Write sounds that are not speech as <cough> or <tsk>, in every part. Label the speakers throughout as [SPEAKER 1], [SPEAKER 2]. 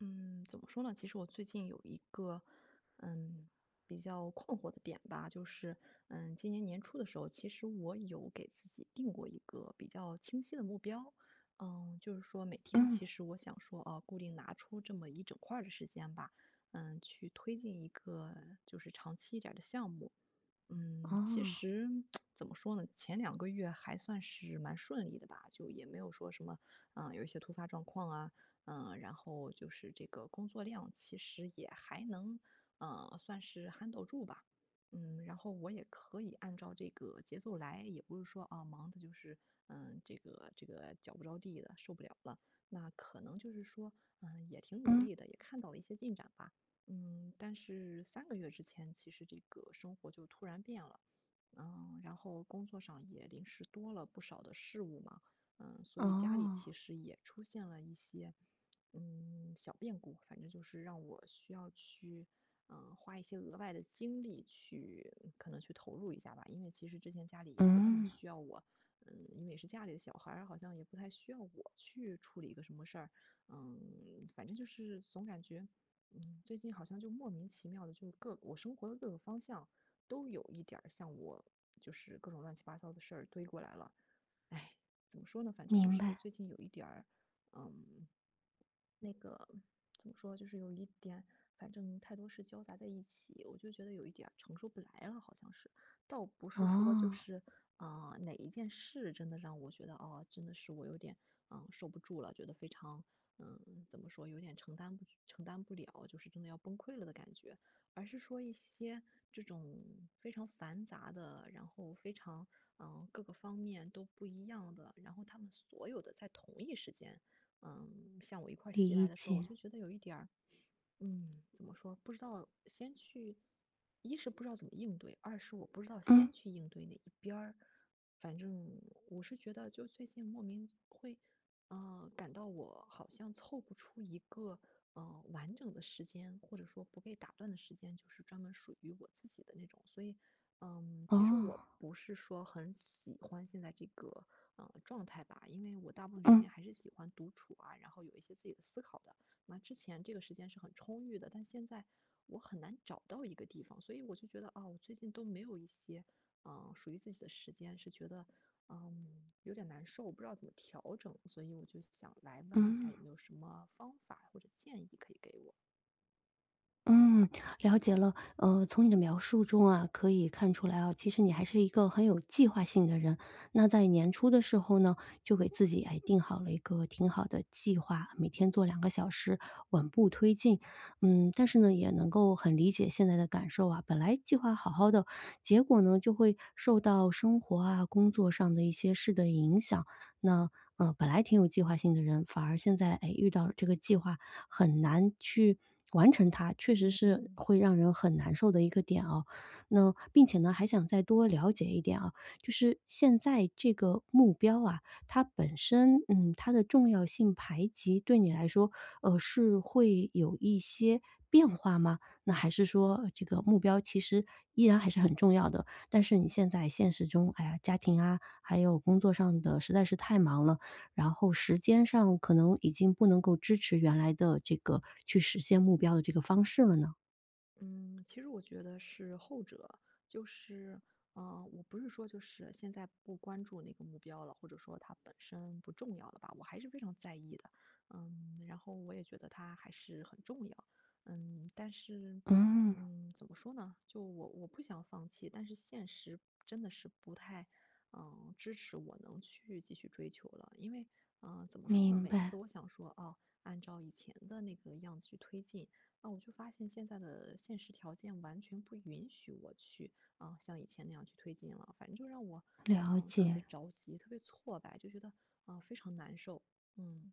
[SPEAKER 1] 嗯，怎么说呢？其实我最近有一个，嗯，比较困惑的点吧，就是，今年年初的时候，其实我有给自己定过一个比较清晰的目标，就是说每天
[SPEAKER 2] 嗯，
[SPEAKER 1] 其实我想说，啊，固定拿出这么一整块儿的时间吧，去推进一个就是长期一点儿的项目，其
[SPEAKER 2] 哦，
[SPEAKER 1] 实怎么说呢，前2个月还算是蛮顺利的吧，就也没有说什么，有一些突发状况啊，然后就是这个工作量其实也还能，算是 handle 住吧，然后我也可以按照这个节奏来，也不是说啊忙的就是，这个脚不着地的，受不了了，那可能就是说，也挺努
[SPEAKER 2] 嗯，
[SPEAKER 1] 力的，也看到了一些进展吧。但是3个月之前，其实这个生活就突然变了。然后工作上也临时多了不少的事物嘛，所以家里
[SPEAKER 2] 哦，
[SPEAKER 1] 其实也出现了一些，小变故，反正就是让我需要去，花一些额外的精力去可能去投入一下吧。因为其实之前家里也不这么
[SPEAKER 2] 嗯，
[SPEAKER 1] 需要我，因为也是家里的小孩儿，好像也不太需要我去处理一个什么事儿。反正就是总感觉最近好像就莫名其妙的，就各我生活的各个方向都有一点儿像我，就是各种乱七八糟的事儿堆过来了。哎，怎么说呢？反正就
[SPEAKER 2] 明
[SPEAKER 1] 是
[SPEAKER 2] 白，
[SPEAKER 1] 最近有一点儿，嗯，那个怎么说，就是有一点，反正太多事交杂在一起，我就觉得有一点儿承受不来了，好像是。倒不是说就
[SPEAKER 2] 哦，
[SPEAKER 1] 是啊，哪一件事真的让我觉得，哦，真的是我有点，受不住了，觉得非常，怎么说，有点承担不了，就是真的要崩溃了的感觉，而是说一些这种非常繁杂的，然后非常，各个方面都不一样的，然后他们所有的在同一时间。像我一块儿袭来
[SPEAKER 2] 理
[SPEAKER 1] 的时候，我
[SPEAKER 2] 解，
[SPEAKER 1] 就觉得有一点儿怎么说？不知道先去，一是不知道怎么应对，二是我不知道
[SPEAKER 2] 嗯，
[SPEAKER 1] 先去应对哪一边儿。反正我是觉得，就最近莫名会，感到我好像凑不出一个完整的时间，或者说不被打断的时间，就是专门属于我自己的那种。所以，其实
[SPEAKER 2] 哦，
[SPEAKER 1] 我不是说很喜欢现在这个状态吧，因为我大部分时
[SPEAKER 2] 嗯，
[SPEAKER 1] 间还是喜欢独处啊，然后有一些自己的思考的。那之前这个时间是很充裕的，但现在我很难找到一个地方，所以我就觉得啊，我最近都没有一些属于自己的时间，是觉得有点难受，我不知道怎么调整，所以我就想来问一下有
[SPEAKER 2] 嗯。
[SPEAKER 1] 没有什么方法或者建议可以给我。
[SPEAKER 2] 嗯，了解了。从你的描述中啊，可以看出来啊，其实你还是一个很有计划性的人。那在年初的时候呢，就给自己哎定好了一个挺好的计划，每天做两个小时，稳步推进。嗯，但是呢，也能够很理解现在的感受啊。本来计划好好的，结果呢就会受到生活啊、工作上的一些事的影响。那本来挺有计划性的人，反而现在哎遇到了这个计划，很难去完成它，确实
[SPEAKER 1] 嗯嗯
[SPEAKER 2] 是
[SPEAKER 1] 嗯，
[SPEAKER 2] 会让人很难受的一个点哦。那并且呢，还想再多了解一点啊，就是现在这个目标啊，它本身，嗯，它的重要性排级对你来说，是会有一些变化吗？那还是说这个目标其实依然还是很重要的，但是你现在现实中，哎呀，家庭啊，还有工作上的实在是太忙了，然后时间上可能已经不能够支持原来的这个去实现目标的这个方式了呢？
[SPEAKER 1] 嗯，其实我觉得是后者，就是，我不是说就是现在不关注那个目标了，或者说它本身不重要了吧，我还是非常在意的，然后我也觉得它还是很重要，嗯，但是，
[SPEAKER 2] 嗯，
[SPEAKER 1] 嗯，怎么说呢？就我不想放弃，但是现实真的是不太，支持我能去继续追求了，因为，怎么说呢？
[SPEAKER 2] 明
[SPEAKER 1] 每次
[SPEAKER 2] 白，
[SPEAKER 1] 我想说，哦，按照以前的那个样子去推进。啊，我就发现现在的现实条件完全不允许我去，啊，像以前那样去推进了。反正就让我，
[SPEAKER 2] 了
[SPEAKER 1] 特别
[SPEAKER 2] 解。
[SPEAKER 1] 着急，特别挫败，就觉得，啊，非常难受。嗯。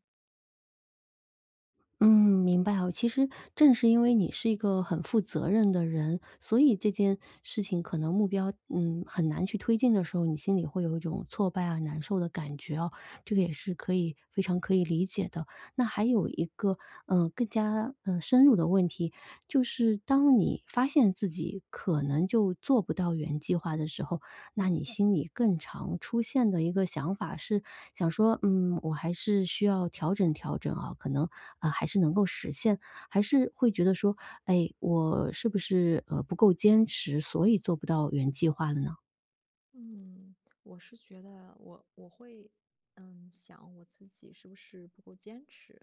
[SPEAKER 2] 嗯，明白哦。其实正是因为你是一个很负责任的人，所以这件事情可能目标，很难去推进的时候，你心里会有一种挫败啊、难受的感觉哦。这个也是可以非常可以理解的。那还有一个，更加深入的问题，就是当你发现自己可能就做不到原计划的时候，那你心里更常出现的一个想法是想说，我还是需要调整调整啊，可能还是能够实现，还是会觉得说，哎，我是不是不够坚持，所以做不到原计划了呢？
[SPEAKER 1] 嗯，我是觉得我会，想我自己是不是不够坚持，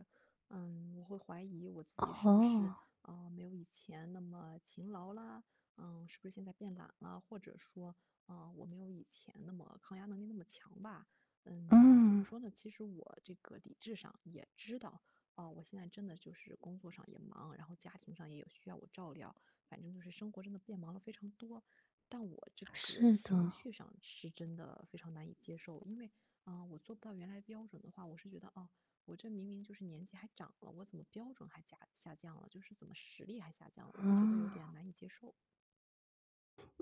[SPEAKER 1] 我会怀疑我自己是不是，
[SPEAKER 2] 哦，
[SPEAKER 1] 没有以前那么勤劳啦，是不是现在变懒了，或者说，我没有以前那么抗压能力那么强吧，怎么
[SPEAKER 2] 嗯，
[SPEAKER 1] 说呢？其实我这个理智上也知道，哦，我现在真的就是工作上也忙，然后家庭上也有需要我照料，反正就是生活真的变忙了非常多，但我这个
[SPEAKER 2] 是
[SPEAKER 1] 情
[SPEAKER 2] 的，
[SPEAKER 1] 绪上是真的非常难以接受，因为，啊、我做不到原来标准的话，我是觉得，哦，我这明明就是年纪还长了，我怎么标准还下降了？就是怎么实力还下降了？我会觉得有
[SPEAKER 2] 嗯。
[SPEAKER 1] 点难以接受。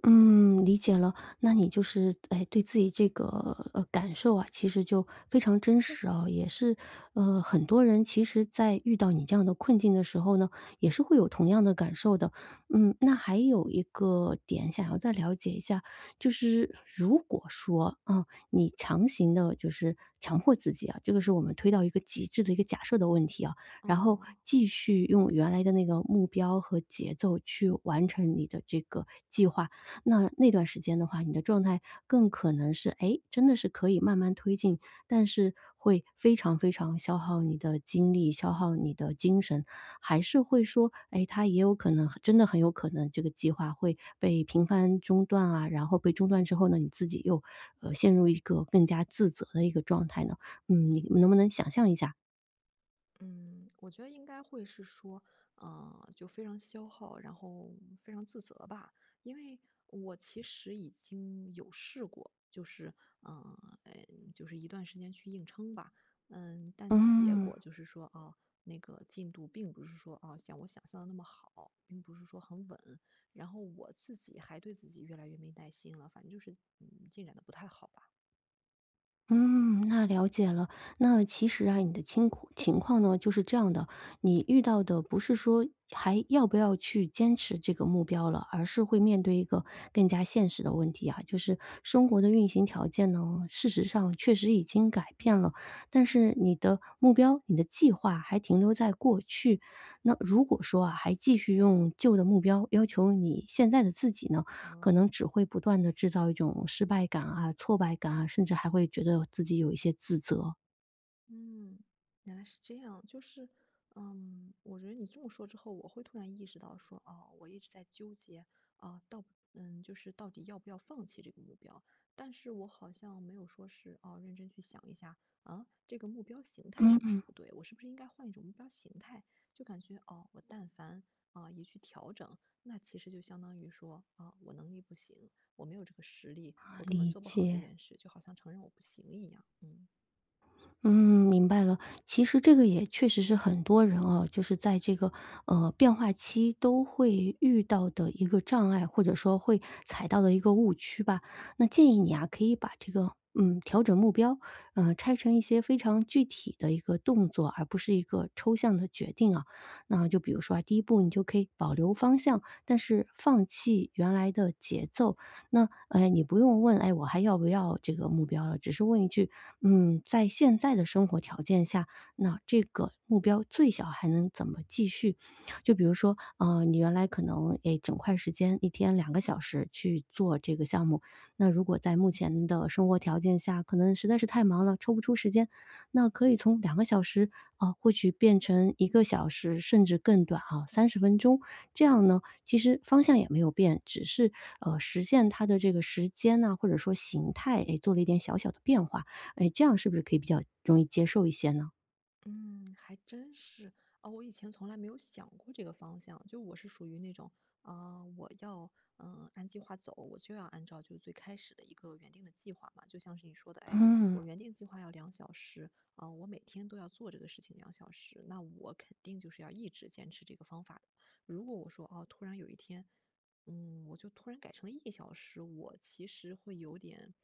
[SPEAKER 2] 嗯，理解了。那你就是，哎，对自己这个感受啊，其实就非常真实啊，也是，很多人其实，在遇到你这样的困境的时候呢，也是会有同样的感受的。嗯，那还有一个点想要再了解一下，就是如果说啊，你强行的，就是强迫自己啊，这个是我们推到一个极致的一个假设的问题啊，然后
[SPEAKER 1] 哦、
[SPEAKER 2] 继续用原来的那个目标和节奏去完成你的这个计划。那那段时间的话，你的状态更可能是，哎，真的是可以慢慢推进，但是会非常非常消耗你的精力，消耗你的精神，还是会说，哎，它也有可能真的很有可能这个计划会被频繁中断啊，然后被中断之后呢，你自己又，陷入一个更加自责的一个状态呢？嗯，你能不能想象一下？
[SPEAKER 1] 嗯，我觉得应该会是说，就非常消耗，然后非常自责吧。因为我其实已经有试过，就是，嗯，就是一段时间去硬撑吧。但结
[SPEAKER 2] 嗯。
[SPEAKER 1] 果就是说，啊，那个进度并不是说，啊，像我想象的那么好，并不是说很稳。然后我自己还对自己越来越没耐心了，反正就是，进展的不太好吧。
[SPEAKER 2] 嗯，那了解了。那其实啊，你的情况呢，就是这样的，你遇到的不是说还要不要去坚持这个目标了，而是会面对一个更加现实的问题啊，就是生活的运行条件呢，事实上确实已经改变了，但是你的目标、你的计划还停留在过去。那如果说啊，还继续用旧的目标要求你现在的自己呢，可
[SPEAKER 1] 哦，
[SPEAKER 2] 能只会不断的制造一种失败感啊、挫败感啊，甚至还会觉得自己有一些自责。
[SPEAKER 1] 嗯，原来是这样，就是，我觉得你这么说之后，我会突然意识到说，哦，我一直在纠结，啊，到，就是到底要不要放弃这个目标，但是我好像没有说是，哦，认真去想一下，啊，这个目标形态是不是
[SPEAKER 2] 嗯，
[SPEAKER 1] 不对，我是不是应该换一种目标形态？就感觉，哦，我但凡啊一去调整，那其实就相当于说，啊，我能力不行，我没有这个实力，我根本
[SPEAKER 2] 理
[SPEAKER 1] 做不好这
[SPEAKER 2] 解。
[SPEAKER 1] 件事，就好像承认我不行一样，嗯。
[SPEAKER 2] 嗯，明白了。其实这个也确实是很多人啊，就是在这个变化期都会遇到的一个障碍，或者说会踩到的一个误区吧。那建议你啊，可以把这个调整目标，拆成一些非常具体的一个动作，而不是一个抽象的决定啊。那就比如说啊，第一步你就可以保留方向，但是放弃原来的节奏，那，哎，你不用问，哎，我还要不要这个目标了，只是问一句，在现在的生活条件下，那这个目标最小还能怎么继续？就比如说，你原来可能，哎，整块时间一天两个小时去做这个项目，那如果在目前的生活条件下，可能实在是太忙了，抽不出时间，那可以从两个小时，啊，或许变成1个小时，甚至更短啊30分钟，这样呢，其实方向也没有变，只是，实现它的这个时间呐，或者说形态，哎，做了一点小小的变化。哎，这样是不是可以比较容易接受一些呢？
[SPEAKER 1] 嗯，还真是。哦，我以前从来没有想过这个方向，就我是属于那种，啊、我要，按计划走，我就要按照就是最开始的一个原定的计划嘛，就像是你说的，哎，
[SPEAKER 2] 嗯，
[SPEAKER 1] 我原定计划要两小时，啊、我每天都要做这个事情两小时，那我肯定就是要一直坚持这个方法的。如果我说，哦，突然有一天，我就突然改成了一小时，我其实会有点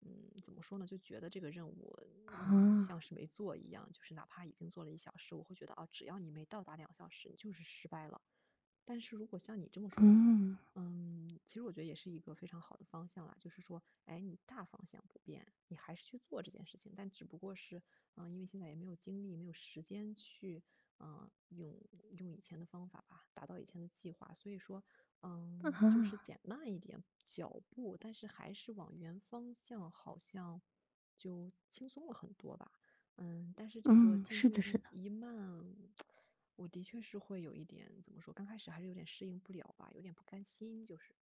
[SPEAKER 1] 怎么说呢，就觉得这个任务，
[SPEAKER 2] 啊，
[SPEAKER 1] 像是没做一样，就是哪怕已经做了一小时，我会觉得，啊，只要你没到达两小时，你就是失败了。但是如果像你这么说的
[SPEAKER 2] 嗯，
[SPEAKER 1] 其实我觉得也是一个非常好的方向啦，就是说，哎，你大方向不变，你还是去做这件事情，但只不过是，因为现在也没有精力，没有时间去，嗯、用用以前的方法吧，达到以前的计划，所以说，就是
[SPEAKER 2] 啊，
[SPEAKER 1] 减慢一点脚步，但是还是往原方向，好像就轻松了很多吧。但是这个
[SPEAKER 2] 嗯，
[SPEAKER 1] 进
[SPEAKER 2] 是
[SPEAKER 1] 度
[SPEAKER 2] 的是的。
[SPEAKER 1] 一慢，我的确是会有一点，怎么说，刚开始还是有点适应不了吧，有点不甘心，就是。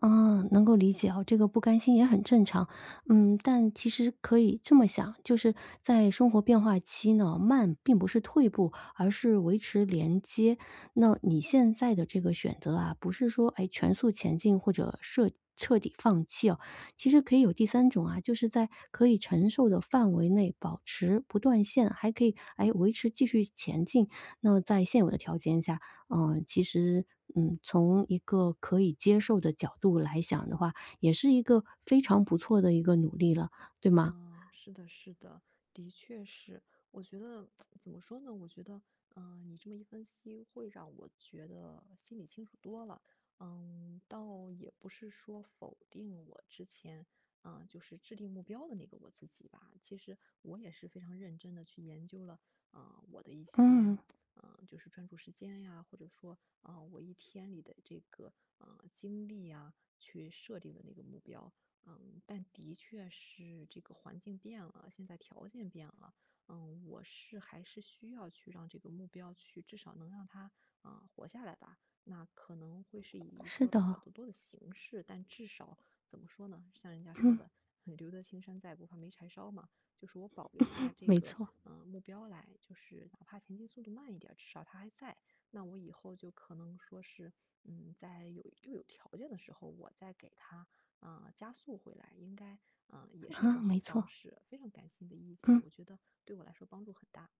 [SPEAKER 2] 啊，能够理解啊，这个不甘心也很正常。嗯，但其实可以这么想，就是在生活变化期呢，慢并不是退步，而是维持连接。那你现在的这个选择啊，不是说哎全速前进或者彻底放弃哦，其实可以有第三种啊，就是在可以承受的范围内保持不断线，还可以哎维持继续前进。那么在现有的条件下，其实，从一个可以接受的角度来想的话，也是一个非常不错的一个努力了，对吗？
[SPEAKER 1] 嗯，是的，是的，的确是。我觉得 <tsk> 怎么说呢？我觉得，你这么一分析，会让我觉得心里清楚多了。倒也不是说否定我之前，就是制定目标的那个我自己吧。其实我也是非常认真的去研究了，我的一些，
[SPEAKER 2] 嗯，
[SPEAKER 1] 就是专注时间呀，或者说，啊、我一天里的这个，经历呀，去设定的那个目标。但的确是这个环境变了，现在条件变了，我是还是需要去让这个目标去至少能让它啊，活下来吧。那可能会是以一
[SPEAKER 2] 是
[SPEAKER 1] 个比较
[SPEAKER 2] 的，
[SPEAKER 1] 多的形式，但至少怎么说呢？像人家说
[SPEAKER 2] 嗯，
[SPEAKER 1] 的，留得青山在，不怕没柴烧嘛。就是我保留
[SPEAKER 2] <laughs>
[SPEAKER 1] 下
[SPEAKER 2] <sucks teeth>
[SPEAKER 1] 这
[SPEAKER 2] 没
[SPEAKER 1] 个，
[SPEAKER 2] 错，
[SPEAKER 1] 目标来，就是哪怕前进速度慢一点至少它还在。那我以后就可能说是，在又有条件的时候，我再给它加速回来，应该，也是一种
[SPEAKER 2] 啊，
[SPEAKER 1] 好
[SPEAKER 2] 没
[SPEAKER 1] 方
[SPEAKER 2] 错，
[SPEAKER 1] 式。非常感谢你的意见，
[SPEAKER 2] 嗯
[SPEAKER 1] 我觉得对我来说帮助很大。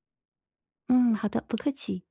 [SPEAKER 2] 嗯，好的，不客气。